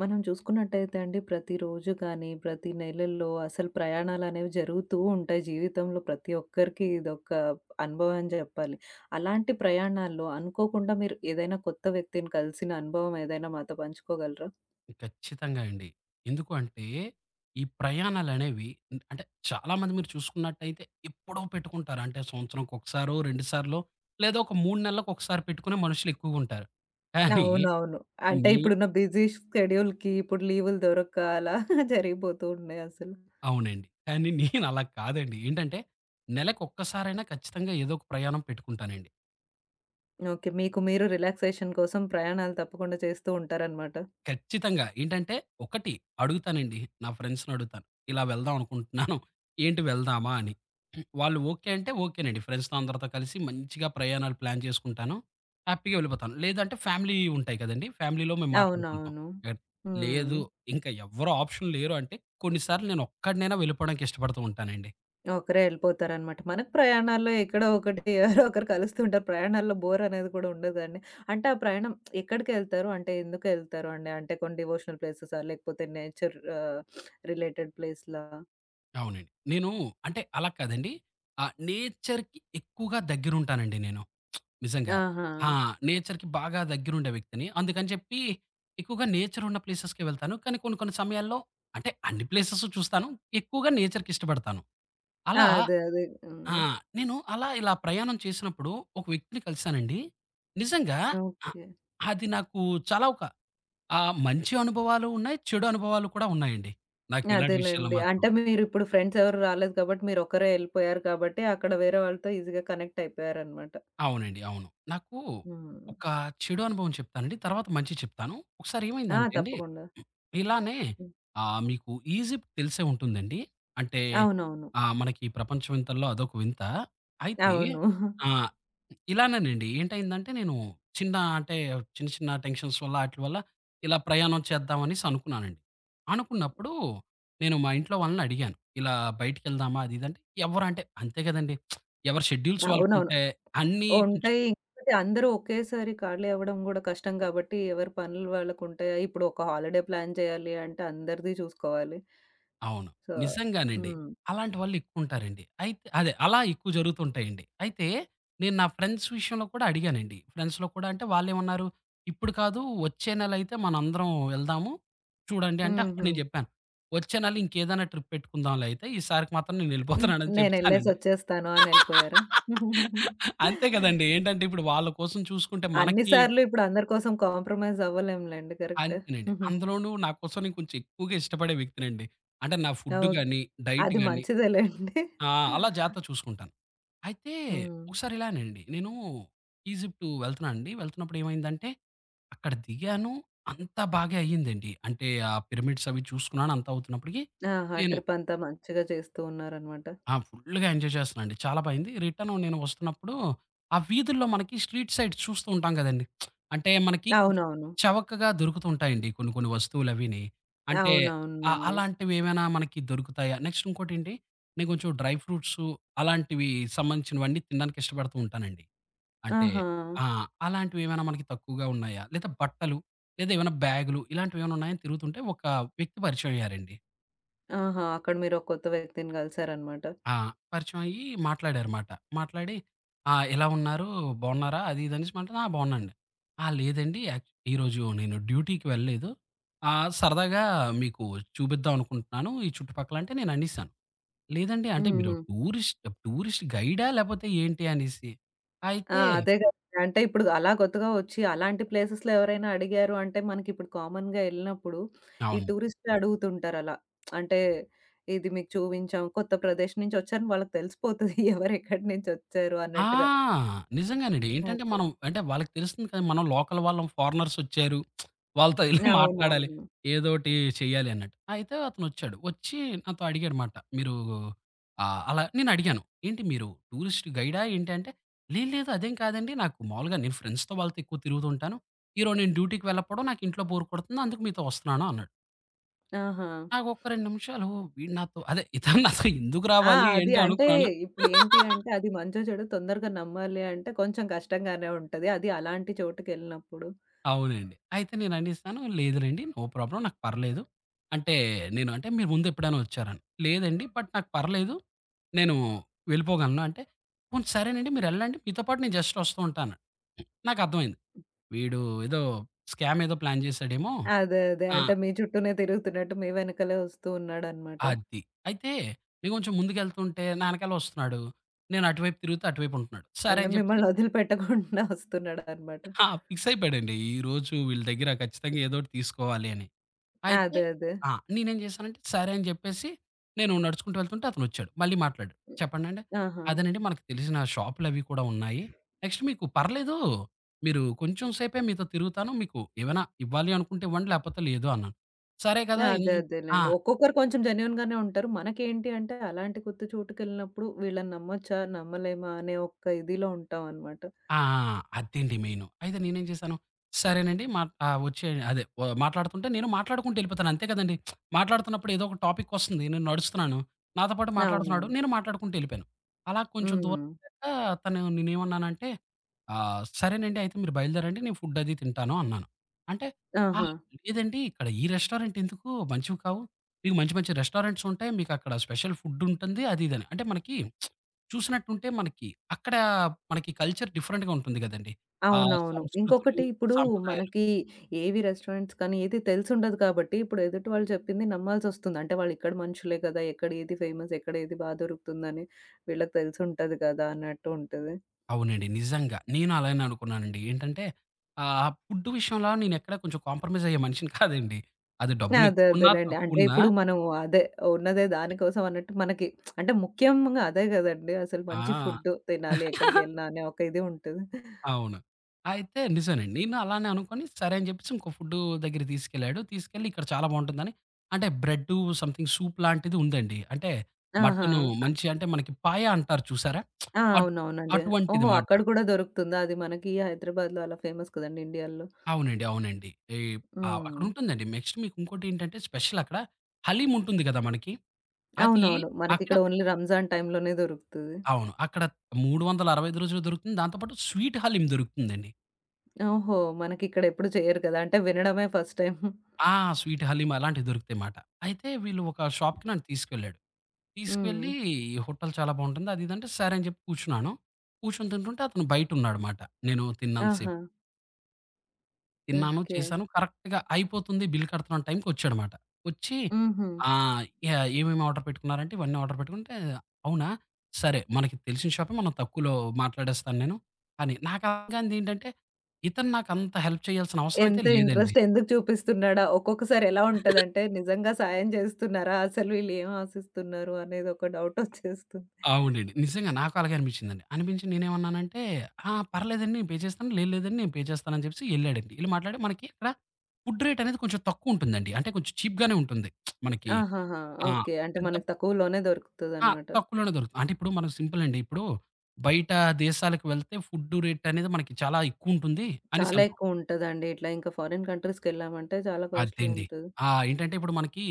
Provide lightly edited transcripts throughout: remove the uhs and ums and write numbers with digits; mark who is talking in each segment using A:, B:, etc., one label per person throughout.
A: మనం చూసుకున్నట్టయితే అండి ప్రతిరోజు కానీ, ప్రతి నెలల్లో అసలు ప్రయాణాలనేవి జరుగుతూ ఉంటాయి. జీవితంలో ప్రతి ఒక్కరికి ఇదొక అనుభవం అని జెప్పాలి. అలాంటి ప్రయాణాల్లో అనుకోకుండా మీరు ఏదైనా కొత్త వ్యక్తిని కలిసిన అనుభవం ఏదైనా మాతో పంచుకోగలరా?
B: ఖచ్చితంగా అండి. ఎందుకు అంటే, ఈ ప్రయాణాలనేవి, అంటే చాలామంది మీరు చూసుకున్నట్టయితే ఎప్పుడో పెట్టుకుంటారు. అంటే సంవత్సరానికొకసారో, 2 సార్లో లేదా ఒక 3 నెలలకొకసారి పెట్టుకునే మనుషులెక్కువుంటారు. కానీ
A: అవునవును. అంటే
B: నీ
A: ఇప్పుడున్న బిజీ షెడ్యూల్‌కి ఇప్పుడు లీవులు దొరక్క అలా జరిగిపోతూ ఉన్నాయి అసలు.
B: అవునండి. కానీ నేనలా కాదండి. ఏంటంటే, నెలకొక్కసారైనా ఖచ్చితంగా ఏదో ఒక ప్రయాణం పెట్టుకుంటానండి.
A: ఓకే. మీకు మీరు రిలాక్సేషన్ కోసం ప్రయాణాలు తప్పకుండా చేస్తూ ఉంటారనమాట.
B: ఖచ్చితంగా. ఏంటంటే ఒకటి అడుగుతానండి. నా ఫ్రెండ్స్‌ని అడుగుతాను. ఇలా వెళ్దాం అనుకుంటున్నాను. ఏంటి వెళ్దామా అని. వాళ్ళు ఓకే అంటే ఓకేనండి. ఫ్రెండ్స్‌తో అందరితో కలిసి మంచిగా ప్రయాణాలు ప్లాన్ చేసుకుంటాను. హ్యాపీగా వెళ్ళిపోతాను. లేదంటే ఫ్యామిలీ ఉంటాయి కదండీ! ఫ్యామిలీలో మేము మాట్లాడుకుంటాం.
A: అవునవును.
B: ఎట్
A: హ్మ్.
B: లేదు. ఇంకా ఎవ్వరు ఆప్షన్ లేరు అంటే కొన్ని సార్లు నేను ఒక్కడినైనా వెళ్ళిపోవడానికి ఇష్టపడుతూ ఉంటానండి.
A: ఒకరే ఎళ్ళిపోతారనమాట. మనకు ప్రయాణాల్లో ఎక్కడో ఒకటి ఎవరో ఒకరు కలుస్తుంటారు. ప్రయాణాల్లో బోర్ అనేది కూడా ఉండదండి. అంటే ఆ ప్రయాణం ఎక్కడికెళ్తారు? అంటే ఎందుకెళ్తారు అండి? అంటే కొన్ని డివోషనల్ ప్లేసెసా? లేకపోతే నేచర్ రిలేటెడ్ ప్లేస్‌లా?
B: అవునండి. నేను అంటే అలా కాదండి. ఆ నేచర్‌కి ఎక్కువగా దగ్గరుంటానండి నేను. నిజంగా.
A: ఆహా!
B: ఆ! నేచర్‌కి బాగా దగ్గరుండే వ్యక్తిని. అందుకని చెప్పి ఎక్కువగా నేచర్ ఉన్న ప్లేసెస్‌కే వెళ్తాను. కానీ కొన్ని కొన్ని సమయాల్లో అంటే అన్ని ప్లేసెస్ చూస్తాను. ఎక్కువగా నేచర్‌కిష్టపడతాను.
A: ఆ!
B: అలా
A: అదే. అదే.
B: ఆ!
A: హ్మ్.
B: నేను అలా ఇలా ప్రయాణం చేసినప్పుడు ఒక వ్యక్తిని కలిసానండి. నిజంగా అ
A: ఓకే.
B: అది నాకు చాలా ఒక మంచి అనుభవాలు ఉన్నాయి. చెడు అనుభవాలు కూడా ఉన్నాయండి. నాకు ఇలాంటి విషయాల్లో
A: అదేలెండి.
B: మాత్రం.
A: అంటే మీరిప్పుడు ఫ్రెండ్స్ ఎవరు రాలేదు కాబట్టి మీరొక్కరే ఎళ్ళిపోయారు కాబట్టి అక్కడ వేరే వాళ్ళతో ఈజీగా కనెక్ట్ అయిపోయారనమాట.
B: అవునండి. అవును. నాకు
A: హ్మ్.
B: ఒక చెడు అనుభవం చెప్తానండి. తర్వాత మంచి చెప్తాను. ఒకసారి
A: ఆ!
B: ఏమైందంటే అండి,
A: తప్పకుండా.
B: ఇలానే
A: హ్మ్.
B: మీకు ఈజిప్ట్ తెలిసే ఉంటుందండి. అంటే
A: అవునవును.
B: మనకి ప్రపంచ వింతల్లో అదొక వింత. అయితే
A: అవును.
B: ఆ! ఇలానేనండి. ఏంటయిందంటే నేను చిన్న అంటే చిన్న చిన్న టెన్షన్స్ వల్ల ఆటిల వల్ల ఇలా ప్రయాణం చేద్దాం అనేసి అనుకున్నానండి. అనుకున్నప్పుడు నేను మా ఇంట్లో వాళ్ళని అడిగాను. ఇలా బయటికెళ్దామా అది ఇది అంటే, ఎవరు అంటే అంతే కదండీ! ఎవరి షెడ్యూల్స్
A: అవునవును.
B: వాళ్ళకుంటే అన్నీ కొంచెం
A: ఉంటాయి. ఇంకోటి అందరూ ఒకేసారి ఖాళీ అవ్వడం గూడా కష్టం కాబట్టి, ఎవరి పనులు వాళ్ళకుంటాయా? ఇప్పుడు ఒక హాలిడే ప్లాన్ చేయాలి అంటే అందరిది చూసుకోవాలి.
B: అవును.
A: సో
B: నిజంగానండి.
A: హ్మ్.
B: అలాంటి వాళ్ళు ఎక్కువుంటారండి. అయితే అదే అలా ఎక్కువ జరుగుతుంటాయండి. అయితే నేను నా ఫ్రెండ్స్ విషయంలో కూడా అడిగానండి. ఫ్రెండ్స్‌లో కూడా అంటే వాళ్ళేమన్నారు, "ఇప్పుడు కాదు, వచ్చే నెలయితే మనందరం వెళ్దాము. చూడండి" అంటే అప్పుడు
A: హుహు.
B: నేను జెప్పాను. "వచ్చే నెల ఇంకేదైనా ట్రిప్ పెట్టుకుందాంలే అయితే. ఈసారికి మాత్రం
A: హ్మ్.
B: నేనెళ్ళిపోతున్నానని" చెప్పానండి.
A: నేనెళ్ళేసొచ్చేస్తాను అనెళ్ళిపోయారా?
B: అంతే కదండీ! ఏంటంటే ఇప్పుడు వాళ్ళ కోసం చూసుకుంటే
A: అన్ని
B: మనకి
A: సార్లు ఇప్పుడు అందరి కోసం కాంప్రమైజ్ అవ్వలేంలెండి. కరెక్టే.
B: అంతేనండి. అందులోనూ నా కోసం నేను కొంచెం ఎక్కువగా ఇష్టపడే వ్యక్తినండి. అంటే నా ఫుడ్
A: ఓకే.
B: గాని, డైట్
A: అది
B: గాని
A: మంచిదేలెండి.
B: ఆ! అలా జాగ్రత్త చూసుకుంటాను. అయితే
A: హ్మ్.
B: ఒకసారి ఇలానండి నేను ఈజిప్ట్ వెళ్తున్నా అండి. వెళ్తున్నప్పుడు ఏమైందంటే అక్కడ దిగాను. అంతా బాగే అయ్యిందండి. అంటే ఆ పిరమిడ్స్ అవి చూసుకున్నాను అంతా అవుతున్నప్పటికి
A: ఆహా!
B: నేను
A: ట్రిప్ అంతా మంచిగా చేస్తూ ఉన్నారనమాట.
B: ఆ! ఫుల్‌గా ఎంజాయ్ చేస్తున్నానండి. చాలా బా అయింది. రిటర్న్ నేను వస్తున్నప్పుడు ఆ వీధుల్లో మనకి స్ట్రీట్ సైడ్ చూస్తూ ఉంటాం గదండీ! అంటే మనకి కొంచెం
A: అవునవును.
B: చవకగా దొరుకుతూ ఉంటాయండి కొన్ని కొన్ని వస్తువులవిని. అంటే ఆ!
A: అవునవునండి.
B: అలాంటివి ఏమైనా మనకి దొరుకుతాయా? నెక్స్ట్ ఇంకోటేంటి నేను కొంచెం డ్రై ఫ్రూట్స్ అలాంటివి సంబంధించినవన్నీ తినడానికి ఇష్టపడుతూ ఉంటానండి. అంటే
A: ఆహా!
B: ఆ! అలాంటివేమైనా మనకి తక్కువగా ఉన్నాయా? లేదా బట్టలు లేదా ఏమైనా బ్యాగులు ఇలాంటివేమైనా ఉన్నాయా అని తిరుగుతుంటే ఒక వ్యక్తి పరిచయం అయ్యారండి.
A: ఆహా! అక్కడ మీరొక కొత్త వ్యక్తిని గలిసారనమాట.
B: ఆ! పరిచయం అయ్యి మాట్లాడారుమాట. మాట్లాడి, "ఆ! ఎలా ఉన్నారు? బావున్నారా?" అది ఇది అనేసి మాట్లాడితే, "ఆ! బావున్నానండి. ఆ! లేదండి యాక్ ఈరోజు నేను డ్యూటీకి వెళ్ళలేదు. సరదాగా మీకు చూపిద్దాం అనుకుంటున్నాను ఈ చుట్టుపక్కల" అంటే నేను అనేసాను, "లేదండి అంటే
A: హ్మ్.
B: మీరు
A: హ్మ్.
B: టూరిస్ట్ టూరిస్ట్ గైడా? లేపోతే ఏంటి?" అనేసి.
A: ఆ!
B: అయితే
A: అదే గదా! అంటే ఇప్పుడు అలా కొత్తగా వచ్చి అలాంటి ప్లేసెస్‌లో ఎవరైనా అడిగారు అంటే మనకిప్పుడు కామన్‌గా ఎళ్ళినప్పుడు ఈ
B: అవును.
A: టూరిస్టులు అడుగుతుంటారలా. అంటే ఇది మీకు చూపించాం. కొత్త ప్రదేశం నుంచి వచ్చారని వాళ్ళకి తెలిసిపోతది. ఎవరెక్కడి నుంచి వచ్చారు
B: ఆ!
A: అన్నట్టుగా.
B: నిజంగానండి. ఏంటంటే
A: అదే.
B: మనం అంటే వాళ్ళకి తెలుస్తుంది కదా! మనం లోకల్ వాళ్ళం, ఫారినర్స్ వచ్చారు. వాళ్ళతో ఎళ్లి మాట్లాడాలి.
A: అవునవును.
B: ఏదోటి చేయాలి అన్నట్టు. అయితే అతనొచ్చాడు. వచ్చి నాతో అడిగాడుమాట. "మీరు అలా" నేను అడిగాను, "ఏంటి మీరు టూరిస్ట్ గైడా ఏంటి" అంటే, "లేదు లేదు అదేం కాదండి. నాకు మామూలుగా నేను ఫ్రెండ్స్‌తో వాళ్ళతో ఎక్కువ తిరుగుతూ ఉంటాను. ఈరోజు నేను డ్యూటీకి వెళ్ళకపోవడం నాకు ఇంట్లో బోర్ కొడుతుంది. అందుకు మీతో వస్తున్నాను" అన్నాడు.
A: ఆహా!
B: నాకు ఒక్క 2 నిమిషాలు వీడు నాతో అదే ఇతను నాతో ఎందుకు
A: ఆ!
B: రావాలి
A: అది
B: ఏంటి
A: అంటే
B: అనుకున్నాను.
A: ఇప్పుడేంటి అంటే అది మంచో చెడో తొందరగా నమ్మాలి అంటే కొంచెం కష్టంగానే ఉంటది. అది అలాంటి చోటుకెళ్ళినప్పుడు.
B: అవునండి. అయితే నేననేసాను, లేదులెండి నో ప్రాబ్లమ్ నాకు పర్లేదు. అంటే నేను అంటే మీరు ముందెప్పుడైనా వచ్చారని. లేదండి బట్ నాకు పర్లేదు. నేను వెళ్ళిపోగలను అంటే, పోనీ సరేనండి మీరెళ్ళండి మీతో పాటు నేను జస్ట్ వస్తూ ఉంటాను. నాకర్థమైంది. వీడు ఏదో స్కామ్ ఏదో ప్లాన్ చేసాడేమో.
A: అదే. అదే.
B: ఆ!
A: అంటే మీ చుట్టూనే తిరుగుతున్నట్టు మీ వెనకాలే వస్తూ ఉన్నాడనమాట.
B: అది. అయితే నేను కొంచెం ముందుకెళ్తుంటే నా ఎనకాల వస్తున్నాడు. నేను అటువైపు తిరుగుతే అటువైపు ఉంటున్నాడు. సరే
A: అంటే
B: అని చెప్పేసి
A: మిమ్మల్ని వదిలిపెట్టకుండా వస్తున్నాడనమాట.
B: ఆ! ఫిక్స్ అయిపోయాడండి. ఈరోజు వీళ్ళ దగ్గర ఖచ్చితంగా ఏదోకటి తీసుకోవాలి అని. అయితే
A: అదే. అదే.
B: ఆ! నేనేం చేశానంటే, సరే అని చెప్పేసి నేను నడుచుకుంటూ వెళ్తుంటే అతనొచ్చాడు. మళ్ళీ మాట్లాడాడు. చెప్పండంటే,
A: ఆహా!
B: అదేనండి మనకు తెలిసిన షాపులవి కూడా ఉన్నాయి. నెక్స్ట్ మీకు పర్లేదు. మీరు కొంచెం సేపే మీతో తిరుగుతాను. మీకు ఏమైనా ఇవ్వాలి అనుకుంటే ఇవ్వండి. లేకపోతే లేదు అన్నాను. సరే కదా! ఇన్
A: అదే.
B: ఆ!
A: అదేలెండి. ఒక్కొక్కరు కొంచెం జెన్యూన్‌గానే ఉంటారు. మనకేంటి అంటే అలాంటి కొత్త చోటుకెళ్ళినప్పుడు వీళ్ళని నమ్మొచ్చా? నమ్మలేమా? అనే ఒక్క ఇదిలో ఉంటామనమాట.
B: ఆ! ఆ! అదండి మెయిను. అయితే నేనేం చేశాను, సరేనండి మా ఆహ్, వచ్చే అదే ఆహ్, మాట్లాడుతుంటే నేను మాట్లాడుకుంటూ ఎళ్ళిపోతాను అంతే కదండీ. మాట్లాడుతున్నప్పుడు ఏదో ఒక టాపిక్ వస్తుంది. నేను నడుస్తున్నాను. నాతో పాటు మాట్లాడుతున్నాడు.
A: అవునవును.
B: నేను మాట్లాడుకుంటూ ఎళ్ళిపోయాను. అలా కొంచెం దూరం
A: హ్మ్.
B: వెళ్ళాక తను నేనేమన్నానంటే, "సరేనండి అయితే మీరు బయలుదేరండి. నేను ఫుడ్ అది తింటాను" అన్నాను. అంటే, "ఆ!
A: ఆహా!
B: లేదండి ఇక్కడ ఈ రెస్టారెంట్ ఎందుకు మంచివి కావు. మీకు మంచి మంచి రెస్టారెంట్స్ ఉంటాయి. మీకక్కడ స్పెషల్ ఫుడ్ ఉంటుంది" అది ఇది అని. అంటే మనకి చూసినట్టుంటే మనకి అక్కడ మనకి కల్చర్ డిఫరెంట్‌గా ఉంటుంది గదండీ. ఆ
A: అవునవును.
B: సంస్కృతులు,
A: ఇంకొకటి ఇప్పుడు
B: సాంప్రదాయాలు.
A: మనకి ఏవి రెస్టారెంట్స్ కానీ ఏది తెలిసుండదు కాబట్టి, ఇప్పుడు ఎదుటి వాళ్ళు చెప్పింది నమ్మాల్సొస్తుంది. అంటే వాళ్ళిక్కడ మనుషులే కదా! ఎక్కడ ఏది ఫేమస్, ఎక్కడ ఏది బా దొరుకుతుందని వీళ్ళకి తెలిసుంటది కదా! అన్నట్టు ఉంటది.
B: అవునండి. నిజంగా. నేను అలానే అనుకున్నానండి. ఏంటంటే ఫుడ్ విషయంలో నేనెక్కడ కొంచెం కాంప్రమైజ్ అయ్యే మనిషిని కాదండి. అది
A: అదే
B: డబ్బులెక్కువున్నా,
A: అదేలెండి. అంటే
B: తక్కువున్నా
A: ఇప్పుడు మనం అదే ఉన్నదే దానికోసం అన్నట్టు మనకి అంటే ముఖ్యంగా అదే గదండీ! అసలు
B: ఆ!
A: మంచి ఫుడ్డు తినాలి ఎక్కడికెళ్ళినా అనే ఒక ఇది ఉంటది.
B: అవును. అయితే నిజమేనండి. నేను అలానే అనుకోని సరే అని జెప్పేసి ఇంకో ఫుడ్డు దగ్గరికి తీసుకెళ్ళాడు. తీసుకెళ్ళి ఇక్కడ చాలా బావుంటుందని అంటే బ్రెడ్డు సంథింగ్ సూప్ లాంటిది ఉందండి. అంటే
A: ఆహా!
B: మటను
A: అ
B: మంచి అంటే మనకి పాయ అంటారు చూసారా?
A: ఆ!
B: అట్
A: అవునవునండి. ఓహో!
B: అటువంటిదిమాట.
A: అక్కడ కూడా దొరుకుతుందా? అది మనకి హైదరాబాద్‌లో అలా ఫేమస్ కదండీ ఇండియాలో.
B: అవునండి. అవునండి. ఈ
A: హ్మ్.
B: అక్కడుంటుందండి. నెక్స్ట్ మీకు ఇంకోటేంటంటే స్పెషల్ అక్కడ హలీం ఉంటుంది గదా! మనకి. అది
A: అవునవును.
B: అక్కడ
A: మనకిక్కడ ఓన్లీ రంజాన్ టైమ్‌లోనే దొరుకుతది.
B: అవును. అక్కడ 365 రోజులు దొరుకుతుంది. దాంతో పాటు స్వీట్ హలీం దొరుకుతుందండి.
A: ఓహో! మనకిక్కడ ఎప్పుడు చేయరు కదా! అంటే వినడమే ఫస్ట్ టైమ్.
B: ఆ! స్వీట్ హలీం అలాంటివి దొరుకుతాయి మాట. అయితే వీళ్ళు ఒక షాప్‌కి నన్ను తీసుకెళ్ళాడు.
A: హ్మ్.
B: తీసుకెళ్ళి హోటల్ చాలా బావుంటుంది. అది ఇది అంటే సరే అని చెప్పి కూర్చున్నాను. కూర్చొని తింటుంటే అతను బయటున్నాడు మాట. నేను తిన్నంత సేపు.
A: ఆహా!
B: తిన్నాను,
A: ఓకే.
B: చేశాను. కరెక్ట్‌గా అయిపోతుంది బిల్ కడుతున్న టైంకి వచ్చాడు మాట. వచ్చి
A: హుహు.
B: ఆహ్, యాహ్! ఏమేమి ఆర్డర్ పెట్టుకున్నారంటే ఇవన్నీ ఆర్డర్ పెట్టుకుంటే, "అవునా? సరే మనకి తెలిసిన షాపే మనం తక్కువలో మాట్లాడేస్తాను నేను" అని. నాకు అర్థం కానిదేంటంటే ఇతను నాకు అంత హెల్ప్ చేయాల్సిన అవసరం అయితే
A: ఎంత
B: లేదండి.
A: ఇంట్రెస్ట్ ఎందుకు చూపిస్తున్నాడా? ఒక్కొక్కసారి ఎలా ఉంటదంటే నిజంగా సాయం చేస్తున్నారా? అసలు వీళ్ళు ఏం ఆశిస్తున్నారు అనేది ఒక డౌట్ వచ్చేస్తుంది.
B: అవునండి. నిజంగా నాకు అలాగే అనిపించిందండి. అనిపించి నేనేమన్నానంటే, "ఆ! పర్లేదండి నేను పే చేస్తాను. లేదు లేదండి నేను పే చేస్తాను" అని చెప్పేసి ఎళ్ళాడండి. ఎళ్లి మాట్లాడి మనకి ఇక్కడ ఫుడ్ రేట్ అనేది కొంచెం తక్కువుంటుందండి. అంటే కొంచెం చీప్‌గానే ఉంటుంది. మనకి
A: ఆహాహా!
B: ఆ!
A: ఓకే. అంటే
B: పెద్ద
A: మనకు తక్కువలోనే
B: ఆ!
A: దొరుకుతదనమాట.
B: తక్కువలోనే దొరుకుతుంది. అంటే ఇప్పుడు మనం సింపుల్ అండి. ఇప్పుడు బయట దేశాలకు వెళ్తే ఫుడ్ రేట్ అనేది మనకి చాలా ఎక్కువుంటుంది అనేసి
A: చాలా
B: అంటాం.
A: ఎక్కువ ఉంటదండి. ఇట్లా ఇంకా ఫారిన్ కంట్రీస్‌కెళ్ళామంటే చాలా కాస్ట్‌లీ
B: అదండి.
A: ఉంటది.
B: ఆ! ఏంటంటే ఇప్పుడు మనకి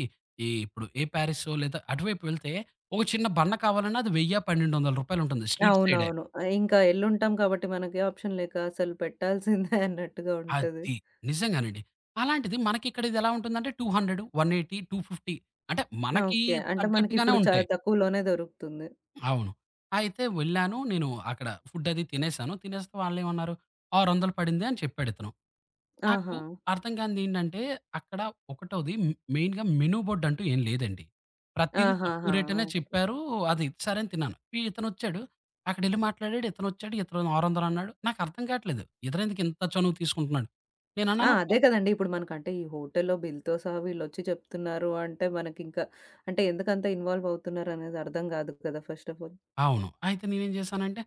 B: ఈ ఇప్పుడు ఏ పారిసో లేదా అటువైపు వెళ్తే ఒక చిన్న బన్న కావాలన్నా అది రూ. 1000, రూ. 1200 ఉంటుంది. స్ట్రీట్ సైడే.
A: అవునవును. ఇంకా ఎళ్ళుంటాం కాబట్టి మనకే ఆప్షన్ లేక అసలు పెట్టాల్సిందే అన్నట్టుగా ఉంటది.
B: అది. నిజంగానండి. అలాంటిది మనకిక్కడ ఇదెలా ఉంటుందంటే 200, 180, 250 అంటే మనకి
A: ఓకే. అంటే
B: తగ్గట్టుగానే
A: మనకిప్పుడు చాలా
B: ఉంటాయి.
A: తక్కువలోనే దొరుకుతుంది.
B: అవును. అయితే వెళ్ళాను. నేను అక్కడ ఫుడ్ అది తినేసాను. తినేస్తే వాళ్ళేమన్నారు, "600 పడింది" అని చెప్పాడితను. నాకు
A: ఆహా!
B: అర్థం కానిదేంటంటే అక్కడ ఒకటోది మెయిన్‌గా మెనూ బోర్డ్ అంటూ ఏం లేదండి. ప్రతీదీ తక్కువ
A: ఆహాహా!
B: రేటనే చెప్పారు. అది సరే అని తిన్నాను. ఈ ఇతనొచ్చాడు. అక్కడెళ్లి మాట్లాడాడు. ఇతనొచ్చాడు. ఇతను 600 అన్నాడు. నాకు అర్థం కాట్లేదు. ఇతనెందుకు ఇంత చనువు తీసుకుంటున్నాడు.
A: ఆ!
B: నేనన్నాను
A: అదే కదండీ. ఇప్పుడు మనకంటే ఈ హోటల్‌లో బిల్‌తో సహా వీళ్ళొచ్చి చెప్తున్నారు అంటే మనకింకా అంటే ఎందుకంత ఇన్వాల్వ్ అవుతున్నారనేది అర్థం కాదు కదా! First of all.
B: అవును. అయితే నేనేం చేశానంటే,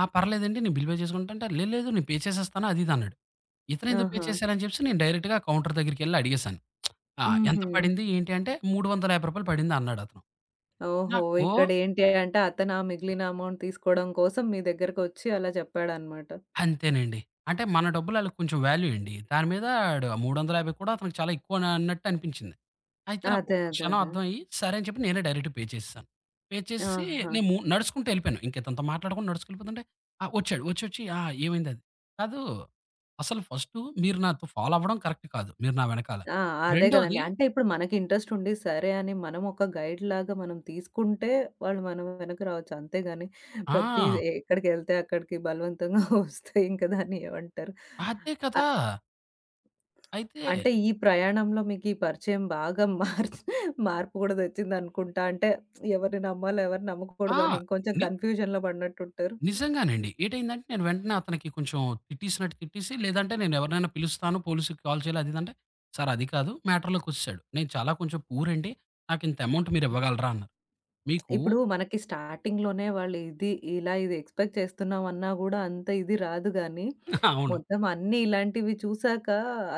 B: "ఆ! పర్లేదండి నేను బిల్ పే చేసుకుంటా" అంటే, "లేదు లేదు నేను పే చేసేస్తాను" అది ఇది అన్నాడు. ఇతనెందుకు పే
A: ఆహా!
B: చేశారని చెప్పేసి నేను డైరెక్ట్‌గా కౌంటర్ దగ్గరికెళ్లి అడిగేశాను, "ఆ! ఎంత
A: హుహు.
B: పడింది ఏంటి" అంటే, "రూ. 350 పడింది" అన్నాడతను.
A: ఓహో!
B: నాకు
A: ఇక్కడేంటి అంటే అతను ఆ మిగిలిన అమౌంట్ తీసుకోవడం కోసం మీ దగ్గరకొచ్చి అలా చెప్పాడన్నమాట.
B: అంతేనండి. అంటే మన డబ్బులు ఆళ్ళకి కొంచెం వాల్యూ అండి. దాని మీద ఆడు 350 కూడా అతనికి చాలా ఎక్కువ అని అన్నట్టు అనిపించింది. అయితే నాకు
A: అదే.
B: ఒక్క
A: అదే.
B: క్షణం
A: అదే.
B: అర్థమయ్యి, సరే అని చెప్పి నేనే డైరెక్ట్ పే చేసేసాను. పే చేసేసి
A: ఆహా!
B: నేను నడుచుకుంటూ ఎళ్ళిపోయాను. ఇంక ఇతనితో మాట్లాడకుండా నడుచుకెళ్ళిపోతుంటే ఆ! వచ్చాడు. వచ్చొచ్చి "ఆ! ఏమైందది? కాదు అసలు ఫస్టు మీరు నాతో ఫాలో అవ్వడం కరెక్ట్ కాదు. మీరు నా వెనకాల.
A: ఆ! అదే గదండీ.
B: రెండోది
A: అంటే ఇప్పుడు మనకి ఇంట్రెస్ట్ ఉండి సరే అని మనం ఒక గైడ్‌లాగా మనం తీసుకుంటే వాళ్ళు మన వెనక రావచ్చు. అంతేగాని ప్రతి
B: ఆ!
A: ఎక్కడికెళ్తే అక్కడికి బలవంతంగా వస్తే ఇంకా దాన్ని ఏమంటారు?
B: అదే
A: అ
B: కదా!" అయితే
A: అంటే ఈ ప్రయాణంలో మీకు ఈ పరిచయం బాగా మార్చ్ మార్పు గూడా తెచ్చిందనుకుంటా. అంటే ఎవరిని నమ్మాలో ఎవరిని
B: ఆ!
A: నమ్మకూడదో అని ఇంకొంచెం
B: ని
A: కన్‌ఫ్యూజన్‌లో పడినట్టుంటారు.
B: నిజంగానండి. ఏటయిందంటే నేను వెంటనే అతనికి కొంచెం తిట్టేసినట్టు తిట్టేసి, లేదంటే నేను ఎవరినైనా పిలుస్తాను, పోలీస్‌కి కాల్ చేయాలి అది ఇది అంటే, సార్ అది కాదు మ్యాటర్‌లోకొచ్చేసాడు. "నేను చాలా కొంచెం పూర్ అండి. నాకు ఇంత అమౌంట్ మీరు ఇవ్వగలరా" అన్నారు. మీకు
A: ఇప్పుడు మనకి స్టార్టింగ్‌లోనే వాళ్ళు ఇది, ఇలా ఇది ఎక్స్‌పెక్ట్ చేస్తున్నామన్నా గూడా అంత ఇది రాదు గానీ,
B: అవును.
A: మొత్తం అన్నీ ఇలాంటివి చూసాక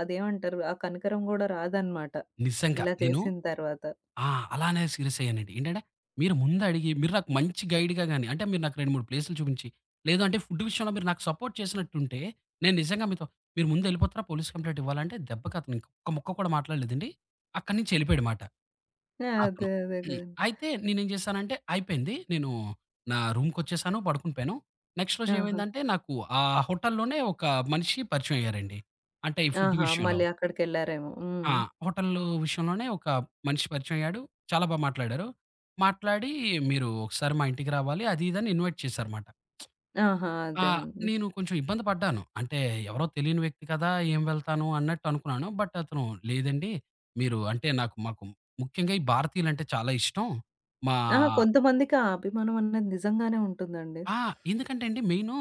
A: అదేమంటారు? ఆ కనికరం గూడా రాదనమాట.
B: నిజంగా.
A: ఇలా
B: నేను
A: చేసిన తర్వాత.
B: ఆ! అలానే సీరియస్ అయ్యానండి. ఏంటంటే మీరు ముందు అడిగి, మీరు నాకు మంచి గైడ్‌గా గాని, అంటే మీరు నాకు 2, 3 ప్లేసులు చూపించి, లేదు అంటే ఫుడ్ విషయంలో మీరు నాకు సపోర్ట్ చేసినట్టుంటే, నేను నిజంగా మీతో మీరు ముందెళ్ళిపోతారా పోలీస్ కంప్లెయింట్ ఇవ్వాలంటే దెబ్బకి అతను ఇంక ఒక్క ముక్క కూడా మాట్లాడలేదండి. అక్కడి నుంచి ఎళ్ళిపోయాడు మాట.
A: ఆ!
B: అతను.
A: అదే. అదే
B: హ్మ్.
A: గదండీ.
B: అయితే నేనేం చేశానంటే అయిపోయింది. నేను నా రూమ్‌కొచ్చేసాను, పడుకునిపోయాను. నెక్స్ట్ రోజు
A: ఆహా!
B: ఏమైందంటే నాకు ఆ హోటల్‌లోనే ఒక మనిషి పరిచయం అయ్యారండి. అంటే ఈ ఫుడ్
A: ఆహా!
B: విషయంలో.
A: మళ్ళీ అక్కడికెళ్లారేమో.
B: ఆ!
A: హ్మ్.
B: హోటల్ విషయంలోనే ఒక మనిషి పరిచయం అయ్యాడు. చాలా బా మాట్లాడారు. మాట్లాడి, "మీరు ఒకసారి మా ఇంటికి రావాలి" అది ఇది అని ఇన్వైట్ చేశారుమాట.
A: ఆహా!
B: ఆ!
A: అదేనండి.
B: నేను కొంచెం ఇబ్బంది పడ్డాను. అంటే ఎవరో తెలియని వ్యక్తి కదా! ఏం వెళ్తాను అన్నట్టు అనుకున్నాను. బట్ అతను లేదండి. మీరు అంటే నాకు మాకు ముఖ్యంగా ఈ భారతీయులంటే చాలా ఇష్టం. మా
A: ఆ! కొంతమందికి ఆ అభిమానం అనేది నిజంగానే ఉంటుందండి.
B: ఆ! ఎందుకంటే అండి మెయిను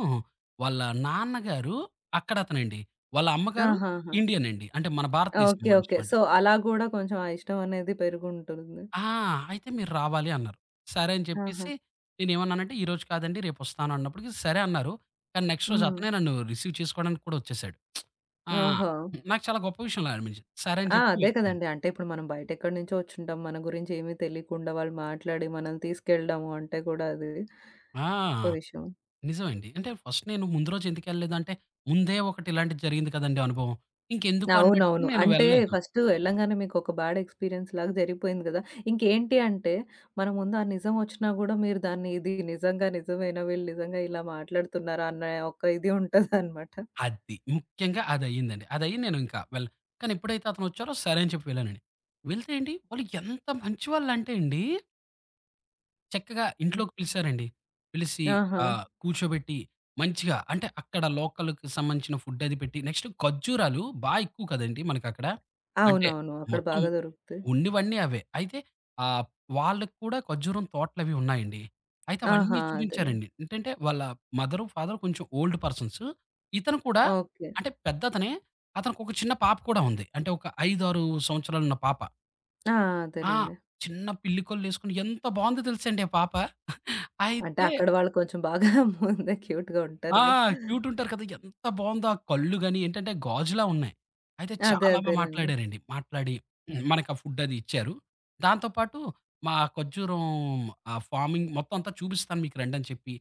B: వాళ్ళ నాన్నగారు అక్కడ అతనండి. వాళ్ళ అమ్మగారు
A: ఆహాహా!
B: ఇండియన్ అండి. అంటే మన భారతదేశం
A: ఓకే.
B: మనిషి
A: ఓకే.
B: మాట.
A: సో, అలా గూడా కొంచెం ఆ ఇష్టం అనేది పెరిగుంటుంది.
B: ఆ! అయితే మీరు రావాలి అన్నారు. సరే అని
A: ఆహా!
B: చెప్పేసి నేనేమన్నానంటే ఈరోజు కాదండి రేపొస్తాను అన్నప్పటికి సరే అన్నారు. కానీ నెక్స్ట్ రోజు
A: హ్మ్.
B: అతనే నన్ను రిసీవ్ చేసుకోవడానికి కూడా వచ్చేసాడు. ఆ!
A: ఓహో!
B: నాకు చాలా గొప్ప విషయంలా అనిపించింది. సరే అని
A: ఆ!
B: చెప్పి
A: అదే
B: హ్మ్.
A: కదండీ. అంటే ఇప్పుడు మనం బయటెక్కడి నుంచో వచ్చుంటాం. మన గురించి ఏమీ తెలియకుండా వాళ్ళు మాట్లాడి మనల్ని తీసుకెళ్ళడము అంటే కూడా అది
B: ఆ!
A: పెద్ద విషయం.
B: నిజమండి. అంటే ఫస్ట్ నేను ముందు రోజు ఎందుకెళ్ళలేదంటే, ముందే ఒకటి ఇలాంటిది జరిగింది కదండీ అనుభవం. ఇంకెందుకు అన్నట్టు
A: అవునవును.
B: నేను
A: అంటే
B: వెళ్ళలేదు.
A: ఫస్ట్ ఎళ్ళంగానే మీకొక బ్యాడ్ ఎక్స్‌పీరియన్స్ లాగా జరిగిపోయింది గదా! ఇంకేంటి అంటే మన ముందు ఆ నిజం వచ్చినా గూడా మీరు దాన్ని ఇది నిజంగా నిజమేనా? వీళ్ళు నిజంగా ఇలా మాట్లాడుతున్నారా? అన్న ఒక ఇది ఉంటదనమాట.
B: అది. ముఖ్యంగా అదయ్యిందండి. అదయ్యి నేనింకా వెళ్ళ కానీ ఎప్పుడైతే అతనొచ్చారో సరే అని చెప్పి వెళ్ళానండి. వెళ్తే ఏంటి వాళ్ళు ఎంత మంచి వాళ్ళంటే అండి, చక్కగా
A: హ్మ్.
B: ఇంట్లోకి పిలిసారండి. పిలిసి
A: ఆహా!
B: కూర్చోబెట్టి మంచిగా అంటే అక్కడ లోకల్‌కి సంబంధించిన ఫుడ్ అది పెట్టి నెక్స్ట్ ఖర్జూరాలు బా ఎక్కువ కదండీ మనకక్కడ. అంటే
A: అవునవును. అక్కడ
B: మొత్తం
A: బాగా దొరుకుతాయి.
B: ఉన్నివన్నీ అవే. అయితే ఆహ్, వాళ్ళకి కూడా ఖర్జూరం తోటలవి ఉన్నాయండి. అయితే అవన్నీ
A: ఆహా! అదేలెండి.
B: చూపించారండి. ఏంటంటే వాళ్ళ మదరు, ఫాదరు కొంచెం ఓల్డ్ పర్సన్స్. ఇతను కూడా
A: ఓకే.
B: అంటే పెద్దతనే. అతనికొక చిన్న పాప కూడా ఉంది. అంటే ఒక 5, 6 సంవత్సరాలున్న పాప.
A: ఆ!
B: ఆ!
A: అదేలెండి.
B: చిన్న పిల్లికొల్లేసుకొని ఎంత బావుందో తెలుసండి ఆ పాప.
A: అంటే
B: అయితే
A: అక్కడ వాళ్ళు కొంచెం బాగా ముందే క్యూట్‌గా
B: ఆ!
A: ఉంటారుగా.
B: క్యూట్ ఉంటారు కదా! ఎంత బావుందో ఆ కళ్ళు గాని ఏంటంటే గాజులా ఉన్నాయి. అయితే
A: అదే
B: చాలా బా
A: అదేలెండి.
B: మాట్లాడారండి. మాట్లాడి మనకు ఆ ఫుడ్ అది ఇచ్చారు. దాంతో పాటు మా ఖర్జూరం ఆ ఫార్మింగ్ మొత్తం అంతా చూపిస్తాను మీకు రండని చెప్పి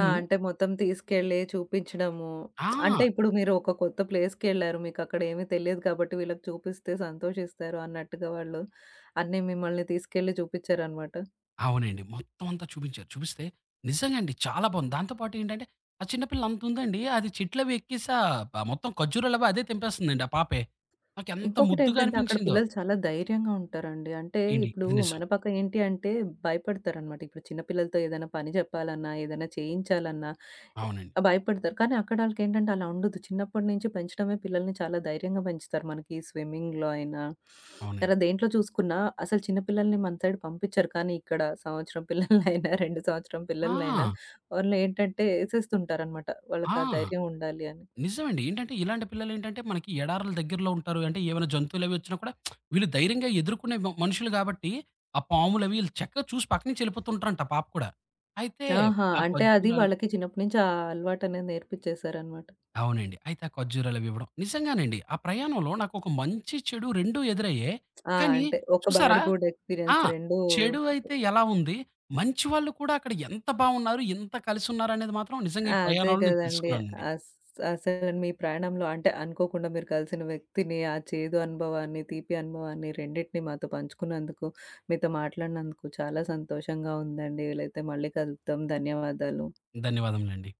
A: ఆ! అంటే మొత్తం తీసుకెళ్ళి చూపించడము.
B: ఆ!
A: అంటే ఇప్పుడు మీరు ఒక కొత్త ప్లేస్‌కెళ్లారు. మీకక్కడ ఏమీ తెలియదు కాబట్టి వీళ్ళకి చూపిస్తే సంతోషిస్తారు అన్నట్టుగా వాళ్ళు అన్నీ మిమ్మల్ని తీసుకెళ్ళి చూపించారనమాట.
B: అవునండి. మొత్తం అంతా చూపించారు. చూపిస్తే నిజంగా అండి చాలా బావుంది. దాంతో పాటు ఏంటంటే ఆ చిన్న పిల్ల అంత ఉందండి. అది చెట్లవి ఎక్కేసి మొత్తం ఖర్జూరాలవి అదే తెంపేస్తుందండి ఆ పాపే. నాకెంత ముద్దుగా
A: ఇంకొకటేంటంటే అక్కడ
B: అనిపించిందో.
A: పిల్లలు చాలా ధైర్యంగా ఉంటారండి. అంటే
B: ఏండి
A: ఇప్పుడు
B: ఇది నిజం.
A: మన పక్క ఏంటి అంటే భయపడతారనమాట. ఇప్పుడు చిన్న పిల్లలతో ఏదైనా పని జెప్పాలన్నా, ఏదైనా చేయించాలన్నా ఎ
B: అవునండి.
A: భయపడతారు. కానీ అక్కడ ఆళ్ళకేంటంటే అలా ఉండదు. చిన్నప్పటి నుంచి పెంచడమే పిల్లల్ని చాలా ధైర్యంగా పెంచుతారు. మనకి స్విమ్మింగ్‌లో అయినా,
B: అవునండి.
A: తర్వాత దేంట్లో చూసుకున్నా అసలు చిన్న పిల్లల్ని మన సైడ్ పంపిచ్చరు. కానీ ఇక్కడ సంవత్సరం పిల్లలనైనా, 2 సంవత్సరం పిల్లలనైనా
B: ఆ!
A: వాళ్ళు ఏంటంటే ఎసేస్తుంటారనమాట. వాళ్ళకి ఆ
B: ఆ!
A: ధైర్యం ఉండాలి అని.
B: నిజమండి. ఏంటంటే ఇలాంటి పిల్లలేంటంటే మనకి ఎడారుల దగ్గరలో ఉంటారు. అంటే ఏమైనా జంతువులవి వచ్చినా కూడా వీళ్ళు ధైర్యంగా ఎదుర్కొనే మనుషులు గాబట్టి, ఆ పాములవి ఈళ్ళు చక్కగా చూసి పక్క నుంచి ఎళ్ళిపోతుంటారంట ఆ పాప కూడా. అయితే
A: ఆహా!
B: ఆ
A: అంటే అది
B: ఖర్జూరాలు
A: వాళ్ళకి చిన్నప్పటి నుంచి ఆ అలవాటనేది నేర్పిచ్చేసారనమాట.
B: అవునండి. అయితే ఆ ఖర్జూరాలవి ఇవ్వడం. నిజంగానండి. ఆ ప్రయాణంలో నాకొక మంచి, చెడు రెండూ ఎదురయ్యాయి.
A: ఆ!
B: కానీ
A: అంటే ఒక బ్యాడ్,
B: చూసారా
A: గుడ్
B: ఆ!
A: ఎక్స్‌పీరియన్స్ రెండూ
B: చెడు అయితే ఎలా ఉంది, మంచి వాళ్ళు కూడా అక్కడ ఎంత బావున్నారు, ఎంత కలిసున్నారనేది మాత్రం నిజంగా ఈ
A: అదే
B: ప్రయాణంలో నేను
A: కదండీ.
B: తెలుసుకున్నానండి.
A: అస్ అసలు మీ ప్రయాణంలో అంటే అనుకోకుండా మీరు కలిసిన వ్యక్తిని, ఆ చేదు అనుభవాన్ని, తీపి అనుభవాన్ని రెండిటిని మాతో పంచుకున్నందుకు, మీతో మాట్లాడినందుకు చాలా సంతోషంగా ఉందండి. వీలైతే మళ్ళీ కలుద్దాం. ధన్యవాదాలు.
B: ధన్యవాదములండి.